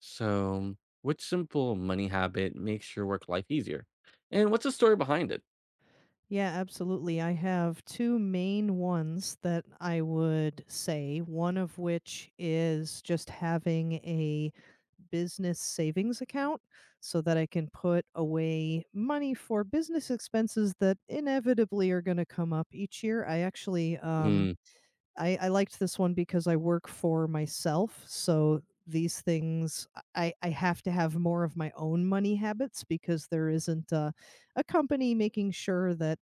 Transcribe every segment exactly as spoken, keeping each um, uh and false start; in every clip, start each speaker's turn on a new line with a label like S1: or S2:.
S1: So, which simple money habit makes your work life easier? And what's the story behind it?
S2: Yeah, absolutely. I have two main ones that I would say, one of which is just having a business savings account so that I can put away money for business expenses that inevitably are going to come up each year. I actually um
S1: Mm,
S2: I, I liked this one because I work for myself. So these things, I, I have to have more of my own money habits because there isn't a, a company making sure that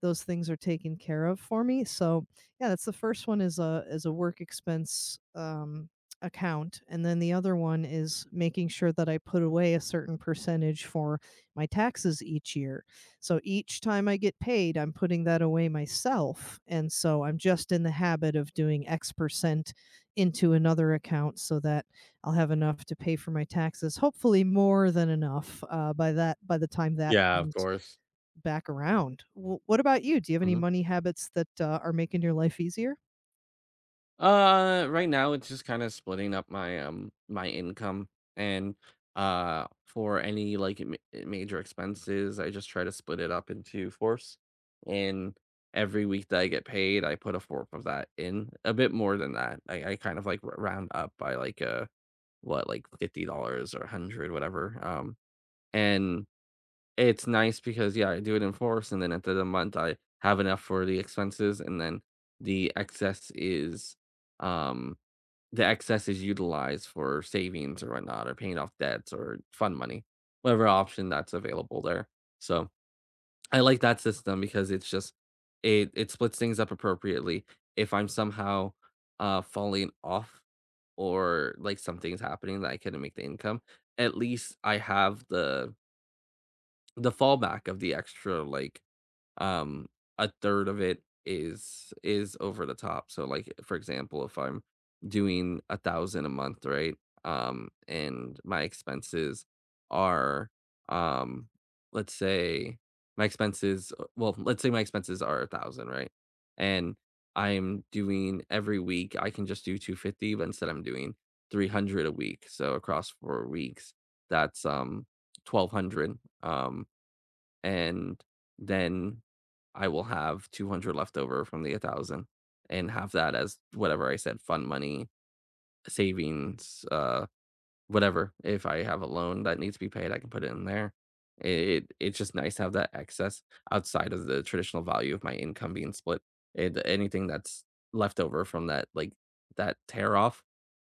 S2: those things are taken care of for me. So yeah, that's the first one is a is a work expense um, account, and then the other one is making sure that I put away a certain percentage for my taxes each year. So each time I get paid, I'm putting that away myself. And so I'm just in the habit of doing X percent into another account so that I'll have enough to pay for my taxes, hopefully more than enough uh, by that by the time that
S1: yeah, of
S2: comes
S1: course.
S2: back around. W what about you? Do you have any
S1: Mhm.
S2: money habits that, uh, are making your life easier?
S1: Uh, right now it's just kind of splitting up my um my income and uh for any like ma- major expenses, I just try to split it up into fourths. And every week that I get paid, I put a fourth of that in. A bit more than that, I, I kind of like r- round up by like a what like fifty dollars or a hundred, whatever. Um, and It's nice because, yeah, I do it in force, and then at the end of the month, I have enough for the expenses, and then the excess is, um, the excess is utilized for savings or whatnot, or paying off debts or fund money, whatever option that's available there. So I like that system because it's just it it splits things up appropriately. If I'm somehow uh falling off or like something's happening that I couldn't make the income, at least I have the the fallback of the extra, like, um, a third of it is is over the top. So, like, for example, if I'm doing one thousand a month, right? Um, and my expenses are, um, let's say my expenses uh, well, let's say my expenses are one thousand, right? And I'm doing every week, I can just do two fifty, but instead I'm doing three hundred a week. So across four weeks, that's, um, twelve hundred. Um, and then I will have two hundred left over from the one thousand and have that as whatever I said fund money, savings, uh, whatever. If I have a loan that needs to be paid, I can put it in there. It it's just nice to have that excess outside of the traditional value of my income being split. It, anything that's left over from that like that tear off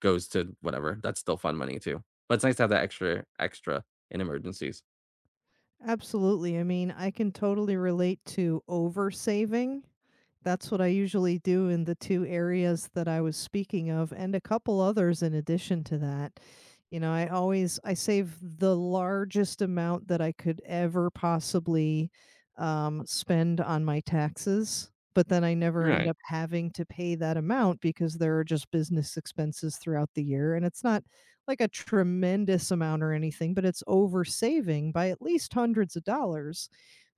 S1: goes to whatever. That's still fund money too. But it's nice to have that extra extra in emergencies.
S2: Absolutely. I mean, I can totally relate to oversaving. That's what I usually do in the two areas that I was speaking of and a couple others in addition to that. You know, I always I save the largest amount that I could ever possibly, um, spend on my taxes, but then I never end
S1: Right.
S2: up having to pay that amount because there are just business expenses throughout the year, and it's not like a tremendous amount or anything, but it's over saving by at least hundreds of dollars.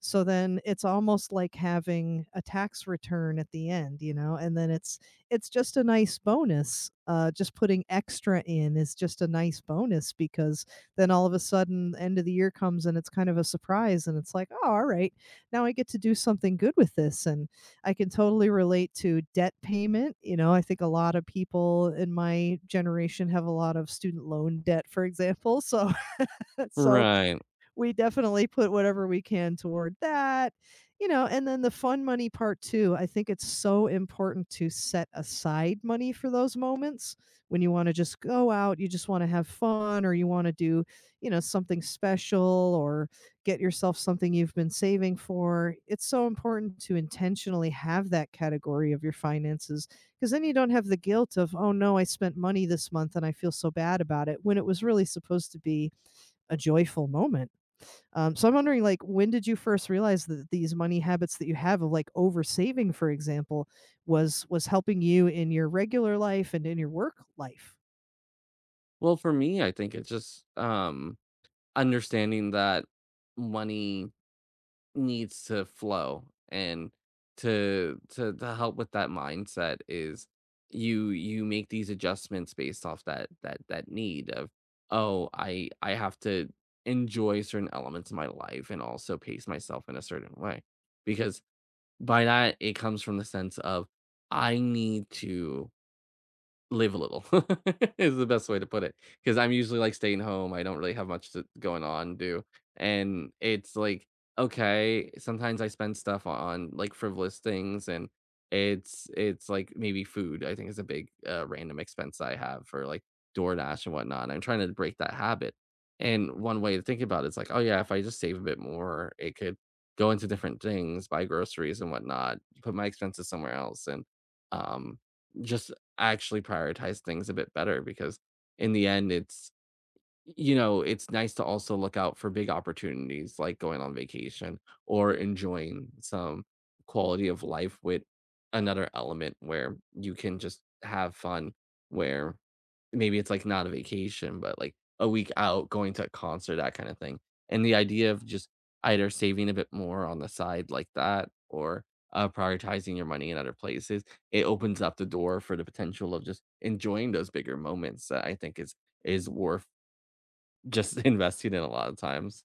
S2: So then it's almost like having a tax return at the end, you know, and then it's it's just a nice bonus. Uh, just putting extra in is just a nice bonus because then all of a sudden the end of the year comes and it's kind of a surprise and it's like, oh, all right, now I get to do something good with this. And I can totally relate to debt payment. You know, I think a lot of people in my generation have a lot of student loan debt, for example. So so
S1: Right.
S2: we definitely put whatever we can toward that. You know and then the fun money part too, I think it's so important to set aside money for those moments when you want to just go out, you just want to have fun, or you want to do, you know, something special, or get yourself something you've been saving for. It's so important to intentionally have that category of your finances because then you don't have the guilt of, oh no, I spent money this month and I feel so bad about it, when it was really supposed to be a joyful moment. Um, so I'm wondering, like, when did you first realize that these money habits that you have of like oversaving, for example, was was helping you in your regular life and in your work life?
S1: Well, for me, I think it's just um understanding that money needs to flow and to to to help with that mindset is you you make these adjustments based off that that that need of oh I I have to enjoy certain elements of my life and also pace myself in a certain way because by that it comes from the sense of I need to live a little is the best way to put it, because 'cause I'm usually, like, staying home, I don't really have much to going on, do and it's like, okay, sometimes I spend stuff on, like, frivolous things, and it's it's, like, maybe food, I think is a big, uh, random expense I have for, like, DoorDash and whatnot. And I'm trying to break that habit, and one way to think about it is like, "Oh, yeah, if I just save a bit more, it could go into different things, buy groceries and whatnot, put my expenses somewhere else," and, um, just actually prioritize things a bit better because in the end it's you know it's nice to also look out for big opportunities like going on vacation or enjoying some quality of life with another element where you can just have fun where maybe it's like not a vacation, but like a week out, going to a concert, that kind of thing. And the idea of just either saving a bit more on the side like that or uh, prioritizing your money in other places, it opens up the door for the potential of just enjoying those bigger moments that I think is is worth just investing in a lot of times.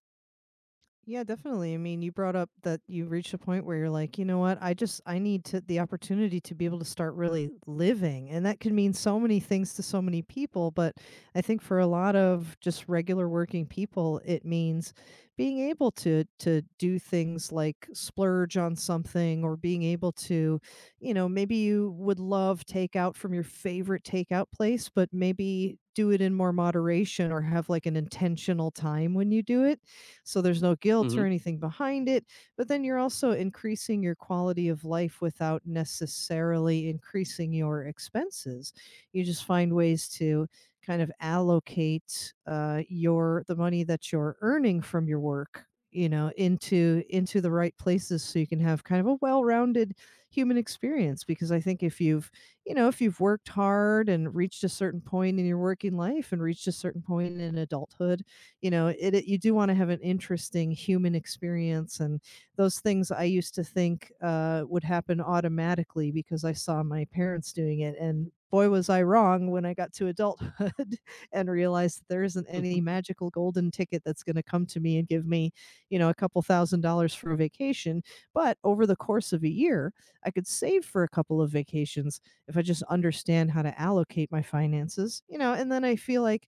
S2: Yeah, definitely. I mean, you brought up that you reached a point where you're like, you know what? I just I need to the opportunity to be able to start really living. And that could mean so many things to so many people, but I think for a lot of just regular working people, it means being able to to do things like splurge on something, or being able to, you know, maybe you would love takeout from your favorite takeout place, but maybe do it in more moderation or have like an intentional time when you do it so there's no guilt or
S1: Mhm.
S2: anything behind it. But then you're also increasing your quality of life without necessarily increasing your expenses. You just find ways to kind of allocate uh, your the money that you're earning from your work, you know, into into the right places, so you can have kind of a well-rounded human experience. Because I think if you've, you know, if you've worked hard and reached a certain point in your working life and reached a certain point in adulthood, you know it, it you do want to have an interesting human experience. And those things I used to think, uh, would happen automatically because I saw my parents doing it, and boy was I wrong when I got to adulthood and realized that there isn't any
S1: Mm.
S2: magical golden ticket that's going to come to me and give me, you know, a couple thousand dollars for a vacation. But over the course of a year, I could save for a couple of vacations if I just understand how to allocate my finances, you know. And then I feel like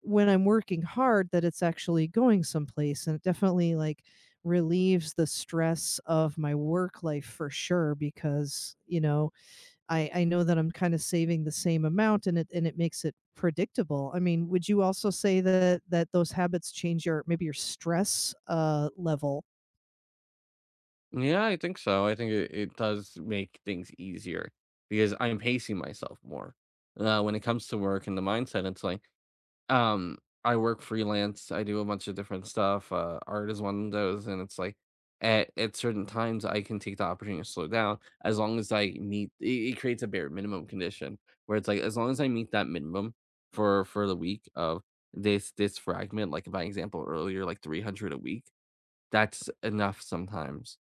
S2: when I'm working hard that it's actually going someplace. And it definitely like relieves the stress of my work life for sure because, you know, I, I know that I'm kind of saving the same amount and it and it makes it predictable. I mean, would you also say that that those habits change your, maybe your stress uh level?
S1: Yeah, I think so. I think it, it does make things easier because I'm pacing myself more. Uh, when it comes to work and the mindset, it's like Um, I work freelance. I do a bunch of different stuff. Uh, art is one of those, and it's like at at certain times I can take the opportunity to slow down as long as I meet. It, it creates a bare minimum condition where it's like as long as I meet that minimum for for the week of this this fragment. Like by example earlier, like three hundred a week. That's enough sometimes,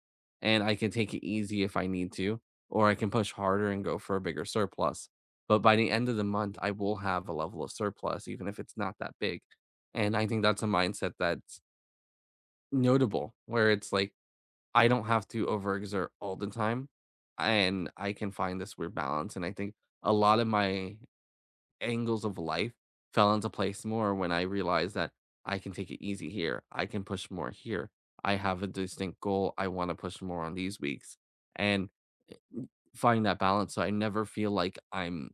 S1: and I can take it easy if I need to, or I can push harder and go for a bigger surplus. But by the end of the month, I will have a level of surplus, even if it's not that big. And I think that's a mindset that's notable, where it's like, I don't have to overexert all the time, and I can find this weird balance. And I think a lot of my angles of life fell into place more when I realized that I can take it easy here. I can push more here. I have a distinct goal. I want to push more on these weeks and find that balance so I never feel like I'm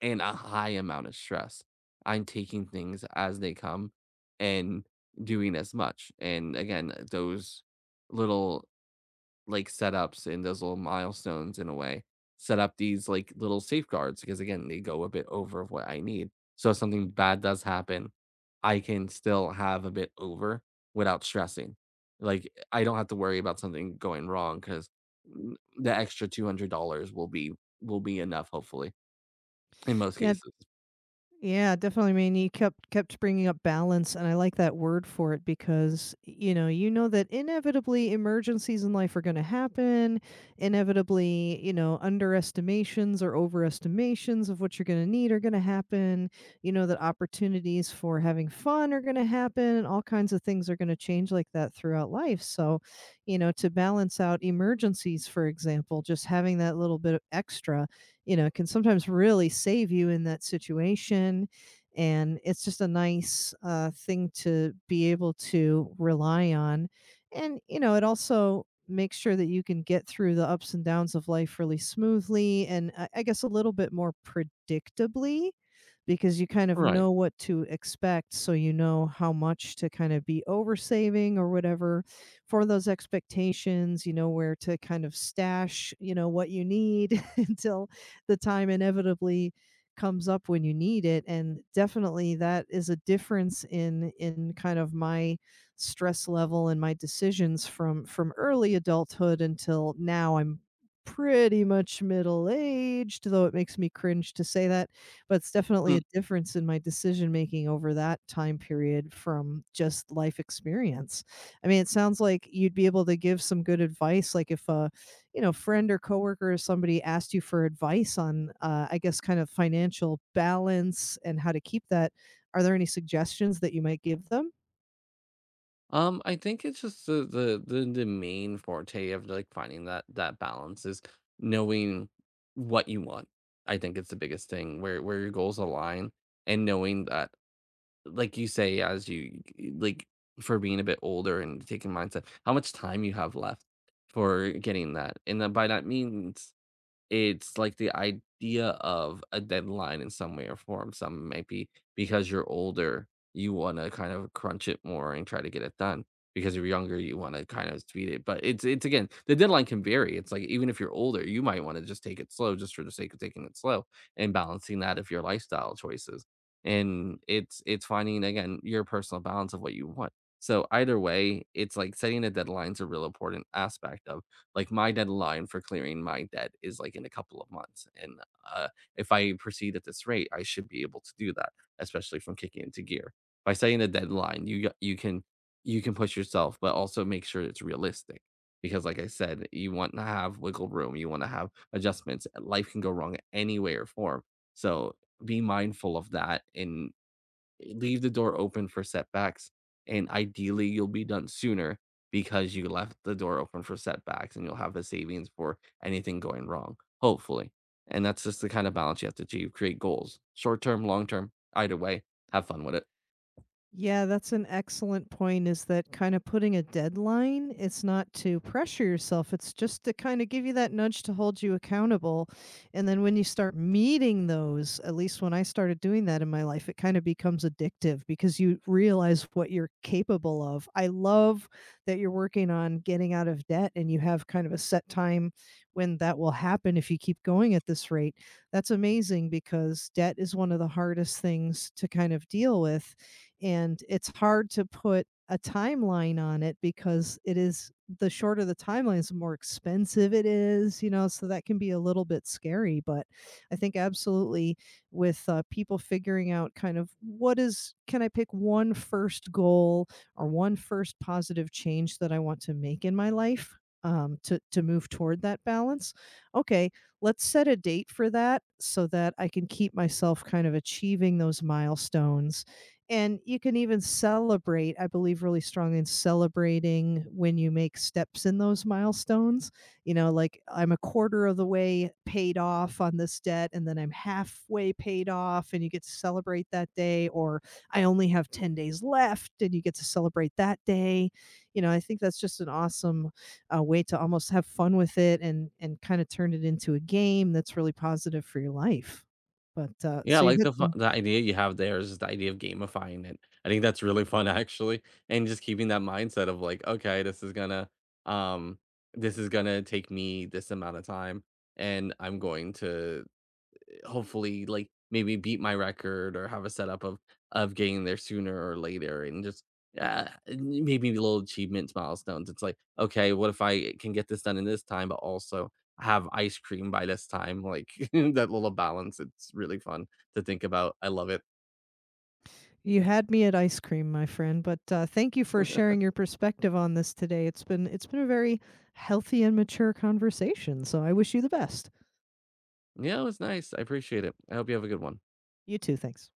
S1: in a high amount of stress. I'm taking things as they come and doing as much. And again, those little like setups and those little milestones in a way, set up these like little safeguards because again, they go a bit over of what I need. So if something bad does happen, I can still have a bit over without stressing. Like I don't have to worry about something going wrong because the extra two hundred dollars will be will be enough, hopefully, in most
S2: Yeah,
S1: cases.
S2: yeah, definitely. I mean, you kept kept bringing up balance, and I like that word for it because you know you know that inevitably emergencies in life are going to happen. Inevitably, you know, underestimations or overestimations of what you're going to need are going to happen. You know that opportunities for having fun are going to happen, and all kinds of things are going to change like that throughout life. So, you know, to balance out emergencies, for example, just having that little bit of extra, you know, can sometimes really save you in that situation. And it's just a nice uh, thing to be able to rely on. And, you know, it also makes sure that you can get through the ups and downs of life really smoothly, and I, I guess a little bit more predictably, because you kind of
S1: Right.
S2: know what to expect, so you know how much to kind of be oversaving or whatever for those expectations, you know, where to kind of stash, you know, what you need until the time inevitably comes up when you need it. And definitely that is a difference in in kind of my stress level and my decisions from from early adulthood until now. I'm pretty much middle aged, though it makes me cringe to say that, but it's definitely a difference in my decision making over that time period from just life experience. I mean, it sounds like you'd be able to give some good advice, like if a, you know, friend or coworker or somebody asked you for advice on, uh, I guess kind of financial balance and how to keep that, are there any suggestions that you might give them?
S1: Um, I think it's just the the the, the main forte of like finding that that balance is knowing what you want. I think it's the biggest thing where where your goals align and knowing that, like you say, as you like for being a bit older and taking mindset, how much time you have left for getting that, and then by that means it's like the idea of a deadline in some way or form. Some might be because you're older, you wanna kind of crunch it more and try to get it done. Because you're younger, you wanna kind of speed it. But it's it's again, the deadline can vary. It's like even if you're older, you might wanna just take it slow just for the sake of taking it slow and balancing that of your lifestyle choices. And it's it's finding again your personal balance of what you want. So either way, it's like setting a deadline's a real important aspect of like my deadline for clearing my debt is like in a couple of months and uh, if I proceed at this rate I should be able to do that, especially from kicking into gear. By setting a deadline you got- you can you can push yourself but also make sure it's realistic because like I said you want to have wiggle room, you want to have adjustments, life can go wrong any way or form, so be mindful of that. In Leave the door open for setbacks, and ideally, you'll be done sooner because you left the door open for setbacks, and you'll have the savings for anything going wrong, hopefully. And that's just the kind of balance you have to achieve. Create goals, short term, long term, either way. Have fun with it.
S2: Yeah, that's an excellent point, is that kind of putting a deadline, it's not to pressure yourself, it's just to kind of give you that nudge to hold you accountable. And then when you start meeting those, at least when I started doing that in my life, it kind of becomes addictive because you realize what you're capable of. I love that you're working on getting out of debt and you have kind of a set time when that will happen if you keep going at this rate. That's amazing because debt is one of the hardest things to kind of deal with, and it's hard to put a timeline on it because it is, the shorter the timelines, the more expensive it is, you know, so that can be a little bit scary. But I think absolutely with uh, people figuring out kind of what is, can I pick one first goal or one first positive change that I want to make in my life, um, to, to move toward that balance? Okay, let's set a date for that so that I can keep myself kind of achieving those milestones. And you can even celebrate, I believe really strong in celebrating when you make steps in those milestones. You know, like I'm a quarter of the way paid off on this debt, and then I'm halfway paid off, and you get to celebrate that day. Or I only have ten days left and you get to celebrate that day. You know, I think that's just an awesome uh, way to almost have fun with it, and and kind of turn it into a game that's really positive for your life. But uh,
S1: Yeah, I
S2: so you've
S1: like
S2: had
S1: the fu-
S2: some—
S1: the idea you have there is the idea of gamifying it. I think that's really fun actually, and just keeping that mindset of like, okay, this is gonna um, this is gonna take me this amount of time, and I'm going to hopefully like maybe beat my record or have a setup of of getting there sooner or later and just uh, maybe little achievements milestones. It's like okay, what if I can get this done in this time but also have ice cream by this time, like that little balance, it's really fun to think about. I love it.
S2: You had me at ice cream, my friend, but uh, thank you for sharing your perspective on this today. It's been it's been a very healthy and mature conversation, so I wish you the best.
S1: Yeah, it was nice. I appreciate it. I hope you have a good one.
S2: You too, thanks.